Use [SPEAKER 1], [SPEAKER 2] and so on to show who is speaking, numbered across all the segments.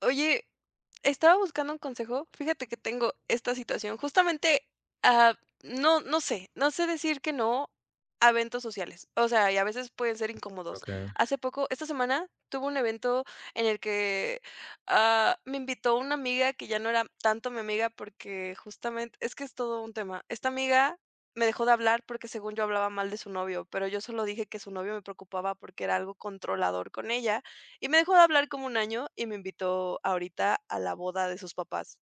[SPEAKER 1] Oye, estaba buscando un consejo. Fíjate que tengo esta situación. Justamente, ah, no, no sé, no sé decir que no a eventos sociales. O sea, y a veces pueden ser incómodos.
[SPEAKER 2] Ok.
[SPEAKER 1] Hace poco, esta semana, tuve un evento en el que me invitó una amiga que ya no era tanto mi amiga porque justamente, es que es todo un tema. Esta amiga me dejó de hablar porque según yo hablaba mal de su novio, pero yo solo dije que su novio me preocupaba porque era algo controlador con ella y me dejó de hablar como un año y me invitó ahorita a la boda de sus papás.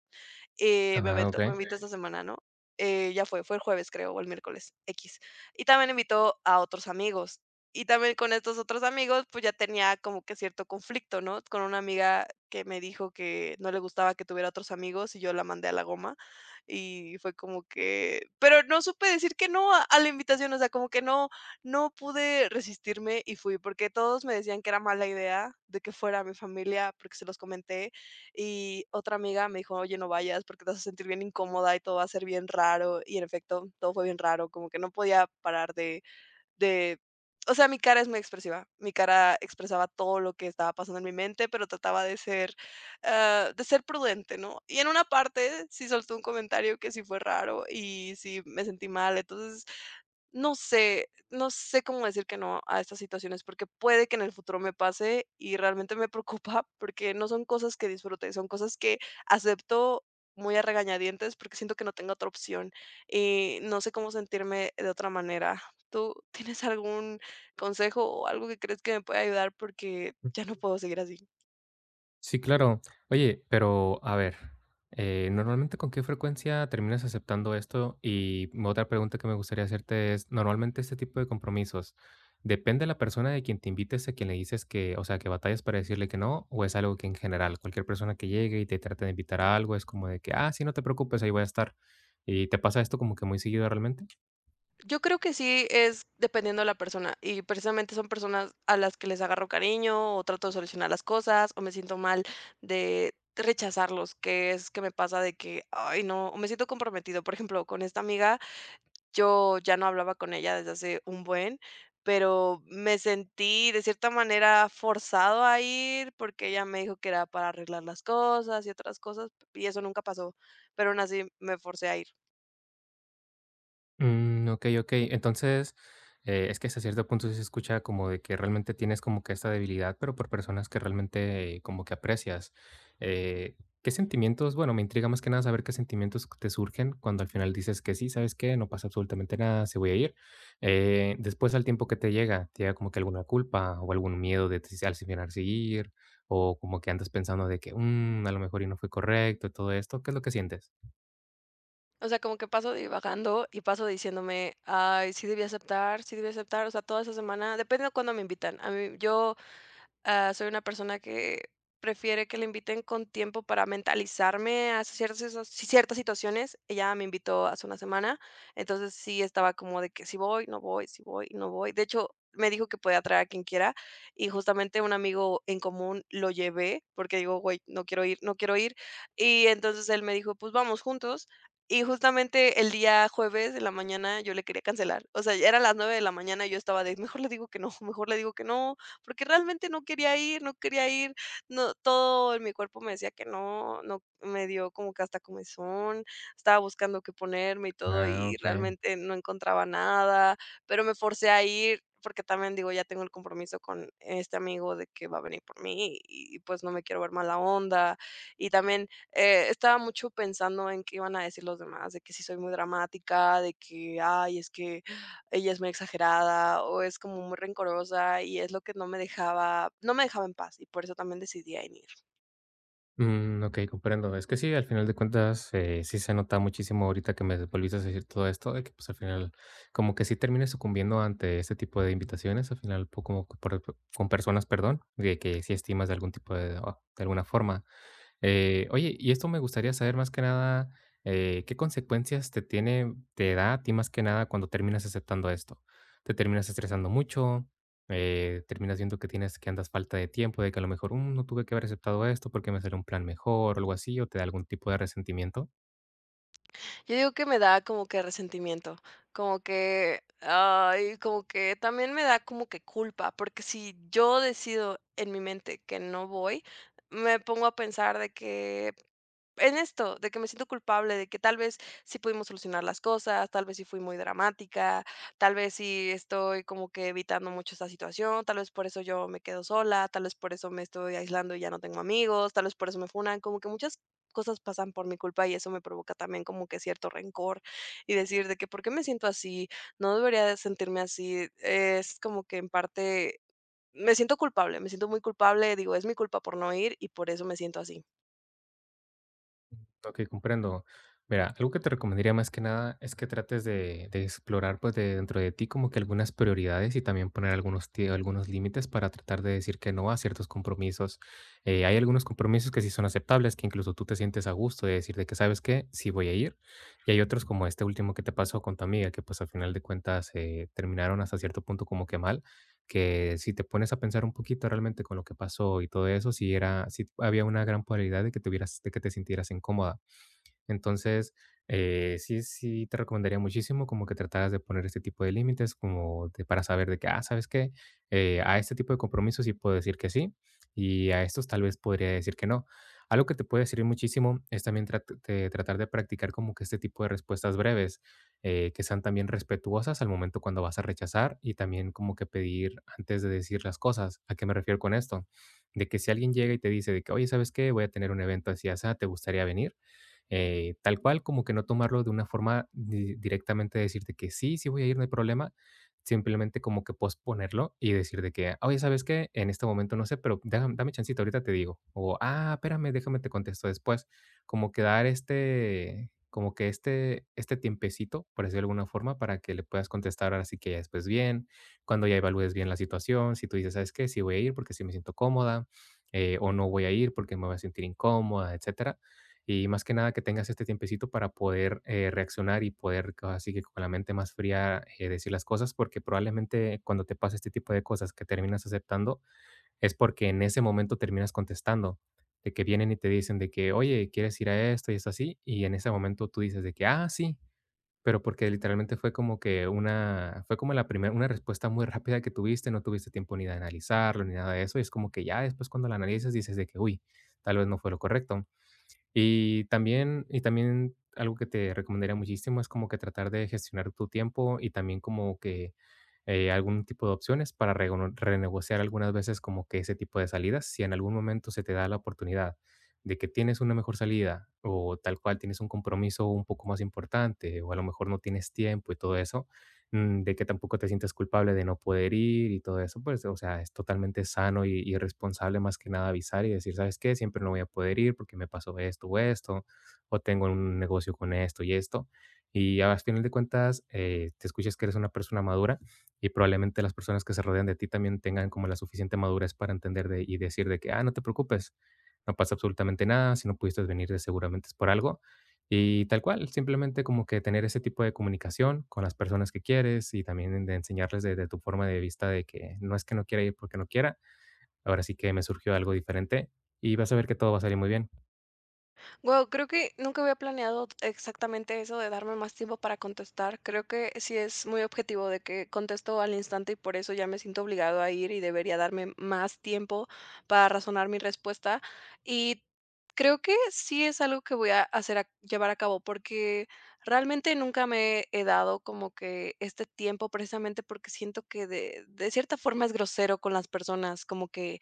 [SPEAKER 1] Me
[SPEAKER 2] Ajá,
[SPEAKER 1] aventó me
[SPEAKER 2] okey.
[SPEAKER 1] invitó esta semana, ¿no? Ya fue el jueves, creo, o el miércoles, x. Y también invitó a otros amigos. Y también con estos otros amigos, pues, ya tenía como que cierto conflicto, ¿no? Con una amiga que me dijo que no le gustaba que tuviera otros amigos, y yo la mandé a la goma, y fue como que pero no supe decir que no a la invitación, o sea, como que no no pude resistirme y fui, porque todos me decían que era mala idea de que fuera mi familia, porque se los comenté. Y otra amiga me dijo: "Oye, no vayas porque te vas a sentir bien incómoda y todo va a ser bien raro". Y en efecto, todo fue bien raro, como que no podía parar de o sea, mi cara es muy expresiva. Mi cara expresaba todo lo que estaba pasando en mi mente, pero trataba de ser, de ser prudente, ¿no? Y en una parte sí soltó un comentario que sí fue raro y sí me sentí mal. Entonces, no sé, no sé cómo decir que no a estas situaciones, porque puede que en el futuro me pase y realmente me preocupa porque no son cosas que disfrute, son cosas que acepto muy a regañadientes porque siento que no tengo otra opción y no sé cómo sentirme de otra manera. ¿Tú tienes algún consejo o algo que crees que me puede ayudar? Porque
[SPEAKER 2] Mm,
[SPEAKER 1] ya no puedo seguir así.
[SPEAKER 2] sí, claro. Oye, pero a ver, ¿normalmente con qué frecuencia terminas aceptando esto? Y otra pregunta que me gustaría hacerte es, normalmente este tipo de compromisos, ¿depende la persona de quien te invites, a quien le dices que, o sea, que batallas para decirle que no, o es algo que en general cualquier persona que llegue y te trate de invitar a algo es como de que: "Ah, sí, no te preocupes, ahí voy a estar"? ¿Y te pasa esto como que muy seguido realmente?
[SPEAKER 1] Yo creo que sí es dependiendo de la persona, y precisamente son personas a las que les agarro cariño, o trato de solucionar las cosas, o me siento mal de rechazarlos, que es que me pasa de que, ay, no, o me siento comprometido. Por ejemplo, con esta amiga, yo ya no hablaba con ella desde hace un buen, pero me sentí de cierta manera forzado a ir porque ella me dijo que era para arreglar las cosas y otras cosas, y eso nunca pasó, pero aún así me forcé a ir.
[SPEAKER 2] Mm, okey, okey. Entonces, es que hasta cierto punto sí se escucha como de que realmente tienes como que esta debilidad, pero por personas que realmente como que aprecias. Eh, ¿Qué sentimientos? Bueno, me intriga más que nada saber qué sentimientos te surgen cuando al final dices que sí, ¿sabes qué? No pasa absolutamente nada, se voy a ir. Después al tiempo que ¿te llega como que alguna culpa o algún miedo de si al si final seguir? O como que andas pensando de que, a lo mejor y no fue correcto, todo esto, ¿qué es lo que sientes?
[SPEAKER 1] O sea, como que paso divagando y paso diciéndome: "Ay, sí debí aceptar, sí debí aceptar". O sea, toda esa semana, depende de cuándo me invitan. A mí yo soy una persona que prefiere que le inviten con tiempo para mentalizarme a ciertas situaciones. Ella me invitó hace una semana, entonces sí estaba como de que si voy, no voy, si voy, no voy. De hecho, me dijo que podía traer a quien quiera y justamente un amigo en común lo llevé porque digo, güey, no quiero ir, no quiero ir. Y entonces él me dijo, pues vamos juntos. Y justamente el día jueves de la mañana yo le quería cancelar. O sea, ya eran las nueve de la mañana y yo estaba de, mejor le digo que no, mejor le digo que no porque realmente no quería ir, no quería ir, no, todo en mi cuerpo me decía que no, no, me dio como que hasta comezón, estaba buscando qué ponerme y todo
[SPEAKER 2] Ah,
[SPEAKER 1] y
[SPEAKER 2] okey.
[SPEAKER 1] realmente no encontraba nada, pero me forcé a ir porque también digo, ya tengo el compromiso con este amigo de que va a venir por mí y pues no me quiero ver mala onda. Y también estaba mucho pensando en qué iban a decir los demás, de que sí soy muy dramática, de que, ay, es que ella es muy exagerada o es como muy rencorosa y es lo que no me dejaba en paz y por eso también decidí a.
[SPEAKER 2] Mm, ok, comprendo. Es que sí, al final de cuentas, sí se nota muchísimo ahorita que me volviste a decir todo esto, de que pues al final, como que sí termines sucumbiendo ante este tipo de invitaciones, al final, como que con personas, perdón, de que sí estimas de algún tipo de, o de alguna forma. Oye, y esto me gustaría saber más que nada, ¿qué consecuencias te tiene, te da a ti más que nada cuando terminas aceptando esto? ¿Te terminas estresando mucho? Termina siendo que tienes que andas falta de tiempo, de que a lo mejor "Mm, no tuve que haber aceptado esto porque me salió un plan mejor o algo así", o te da algún tipo de resentimiento.
[SPEAKER 1] Yo digo que me da como que resentimiento, como que, ay, como que también me da como que culpa, porque si yo decido en mi mente que no voy, me pongo a pensar de que en esto, de que me siento culpable, de que tal vez sí pudimos solucionar las cosas, tal vez sí fui muy dramática, tal vez sí estoy como que evitando mucho esta situación, tal vez por eso yo me quedo sola, tal vez por eso me estoy aislando y ya no tengo amigos, tal vez por eso me funan, como que muchas cosas pasan por mi culpa y eso me provoca también como que cierto rencor y decir de que por qué me siento así, no debería de sentirme así. Es como que en parte me siento culpable, me siento muy culpable, digo, es mi culpa por no ir y por eso me siento así.
[SPEAKER 2] Ok, comprendo. Mira, algo que te recomendaría más que nada es que trates de explorar pues de dentro de ti como que algunas prioridades y también poner algunos, algunos límites para tratar de decir que no a ciertos compromisos. Hay algunos compromisos que sí son aceptables, que incluso tú te sientes a gusto de decir de que sabes que sí voy a ir. Y hay otros como este último que te pasó con tu amiga, que pues al final de cuentas terminaron hasta cierto punto como que mal, que si te pones a pensar un poquito realmente con lo que pasó y todo eso, si era, si había una gran probabilidad de que te hubieras, de que te sintieras incómoda. Entonces, sí, sí te recomendaría muchísimo como que trataras de poner este tipo de límites, para saber de que, ah, ¿sabes qué? A este tipo de compromisos sí puedo decir que sí y a estos tal vez podría decir que no. Algo que te puede servir muchísimo es también trat- de tratar de practicar como que este tipo de respuestas breves, que sean también respetuosas al momento cuando vas a rechazar y también como que pedir antes de decir las cosas. ¿A qué me refiero con esto? De que si alguien llega y te dice de que, oye, ¿sabes qué? Voy a tener un evento así, así, ¿te gustaría venir? Tal cual, como que no tomarlo de una forma directamente decirte que sí, sí voy a ir, no hay problema, simplemente como que posponerlo y decir de que, oye, ¿sabes qué? En este momento no sé, pero dame chancita, ahorita te digo. O, espérame, déjame te contesto después. Como que dar este, como que este tiempecito, por decirlo de alguna forma, para que le puedas contestar ahora sí que ya después bien, cuando ya evalúes bien la situación, si tú dices, ¿sabes qué? Sí voy a ir porque sí me siento cómoda, o no voy a ir porque me voy a sentir incómoda, etcétera, y más que nada que tengas este tiempecito para poder reaccionar y poder así que con la mente más fría decir las cosas, porque probablemente cuando te pasa este tipo de cosas que terminas aceptando es porque en ese momento terminas contestando, de que vienen y te dicen de que, oye, ¿quieres ir a esto y es así? Y en ese momento tú dices de que, ah, sí, pero porque literalmente fue como que una, fue como la primera, una respuesta muy rápida que tuviste, no tuviste tiempo ni de analizarlo ni nada de eso, y es como que ya después cuando la analizas dices de que, uy, tal vez no fue lo correcto. Y también algo que te recomendaría muchísimo es como que tratar de gestionar tu tiempo y también como que, algún tipo de opciones para rego renegociar algunas veces como que ese tipo de salidas. Si en algún momento se te da la oportunidad de que tienes una mejor salida o tal cual tienes un compromiso un poco más importante, o a lo mejor no tienes tiempo y todo eso, de que tampoco te sientes culpable de no poder ir y todo eso, pues, o sea, es totalmente sano y responsable más que nada avisar y decir, ¿sabes qué? Siempre no voy a poder ir porque me pasó esto o esto, o tengo un negocio con esto y esto. Y al final de cuentas, te escuchas que eres una persona madura y probablemente las personas que se rodean de ti también tengan como la suficiente madurez para entender y decir de que, ah, no te preocupes, no pasa absolutamente nada, si no pudiste venir de seguramente es por algo y tal cual, simplemente como que tener ese tipo de comunicación con las personas que quieres y también de enseñarles desde tu forma de vista de que no es que no quiera ir porque no quiera, ahora sí que me surgió algo diferente y vas a ver que todo va a salir muy bien.
[SPEAKER 1] Wow, creo que nunca había planeado exactamente eso de darme más tiempo para contestar. Creo que sí es muy objetivo de que contesto al instante y por eso ya me siento obligado a ir y debería darme más tiempo para razonar mi respuesta. Y creo que sí es algo que voy a hacer a llevar a cabo porque realmente nunca me he dado como que este tiempo precisamente porque siento que de cierta forma es grosero con las personas, como que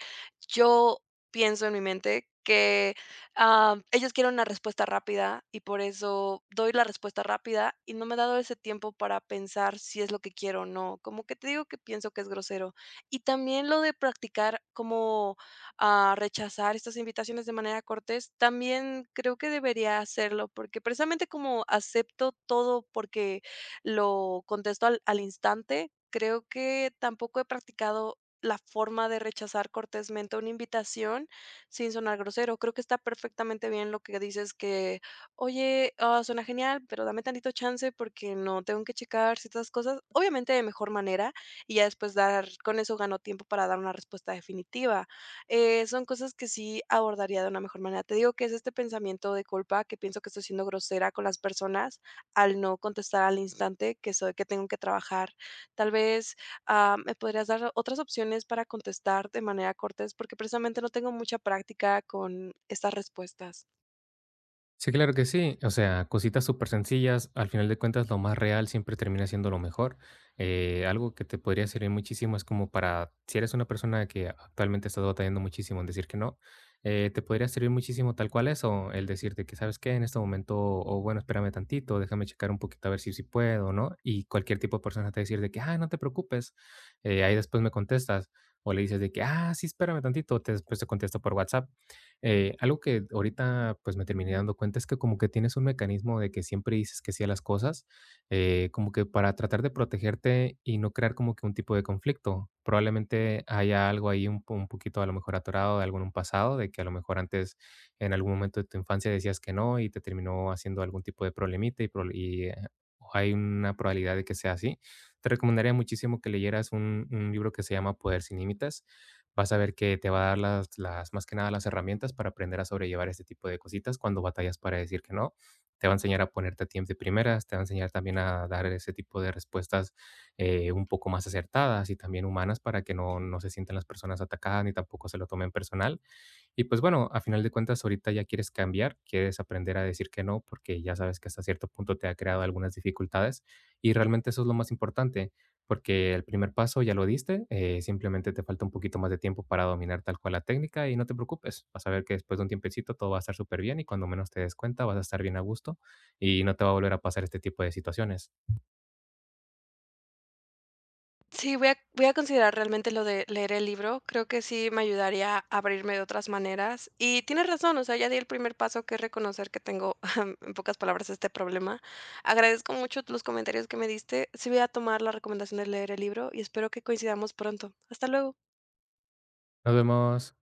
[SPEAKER 1] yo pienso en mi mente que ellos quieren una respuesta rápida y por eso doy la respuesta rápida y no me he dado ese tiempo para pensar si es lo que quiero o no. Como que te digo que pienso que es grosero. Y también lo de practicar como rechazar estas invitaciones de manera cortés, también creo que debería hacerlo porque precisamente como acepto todo porque lo contesto al instante, creo que tampoco he practicado la forma de rechazar cortésmente una invitación sin sonar grosero. Creo que está perfectamente bien lo que dices que, oye, suena genial, pero dame tantito chance porque no tengo que checar ciertas cosas, obviamente de mejor manera, y ya después dar, con eso gano tiempo para dar una respuesta definitiva. Son cosas que sí abordaría de una mejor manera. Te digo que es este pensamiento de culpa que pienso que estoy siendo grosera con las personas al no contestar al instante que soy, que tengo que trabajar. Tal vez ¿me podrías dar otras opciones para contestar de manera cortés? Porque precisamente no tengo mucha práctica con estas respuestas.
[SPEAKER 2] Sí, claro que sí. O sea, cositas súper sencillas. Al final de cuentas, lo más real siempre termina siendo lo mejor. Algo que te podría servir muchísimo es como para, si eres una persona que actualmente estás batallando muchísimo en decir que no, te podría servir muchísimo tal cual eso, el decirte que, ¿sabes qué? En este momento, o bueno, espérame tantito, déjame checar un poquito a ver si, si puedo, ¿no? Y cualquier tipo de persona te va a decir de que, ah, no te preocupes. Ahí después me contestas. O le dices de que, ah, sí, espérame tantito, después te contesto por WhatsApp. Algo que ahorita, pues, me terminé dando cuenta es que como que tienes un mecanismo de que siempre dices que sí a las cosas, como que para tratar de protegerte y no crear como que un tipo de conflicto. Probablemente haya algo ahí un poquito a lo mejor atorado de algún un pasado, de que a lo mejor antes en algún momento de tu infancia decías que no y te terminó haciendo algún tipo de problemita y, hay una probabilidad de que sea así. Te recomendaría muchísimo que leyeras un libro que se llama Poder sin Límites. Vas a ver que te va a dar las más que nada las herramientas para aprender a sobrellevar este tipo de cositas cuando batallas para decir que no. Te va a enseñar a ponerte a tiempo de primeras, te va a enseñar también a dar ese tipo de respuestas, un poco más acertadas y también humanas para que no se sientan las personas atacadas ni tampoco se lo tomen personal. Y pues bueno, a final de cuentas, ahorita ya quieres cambiar, quieres aprender a decir que no, porque ya sabes que hasta cierto punto te ha creado algunas dificultades y realmente eso es lo más importante, porque el primer paso ya lo diste, simplemente te falta un poquito más de tiempo para dominar tal cual la técnica y no te preocupes, vas a ver que después de un tiempecito todo va a estar súper bien y cuando menos te des cuenta vas a estar bien a gusto y no te va a volver a pasar este tipo de situaciones.
[SPEAKER 1] Sí, voy a considerar realmente lo de leer el libro. Creo que sí me ayudaría a abrirme de otras maneras. Y tienes razón, o sea, ya di el primer paso, que es reconocer que tengo, en pocas palabras, este problema. Agradezco mucho los comentarios que me diste. Sí voy a tomar la recomendación de leer el libro y espero que coincidamos pronto. Hasta luego.
[SPEAKER 2] Nos vemos.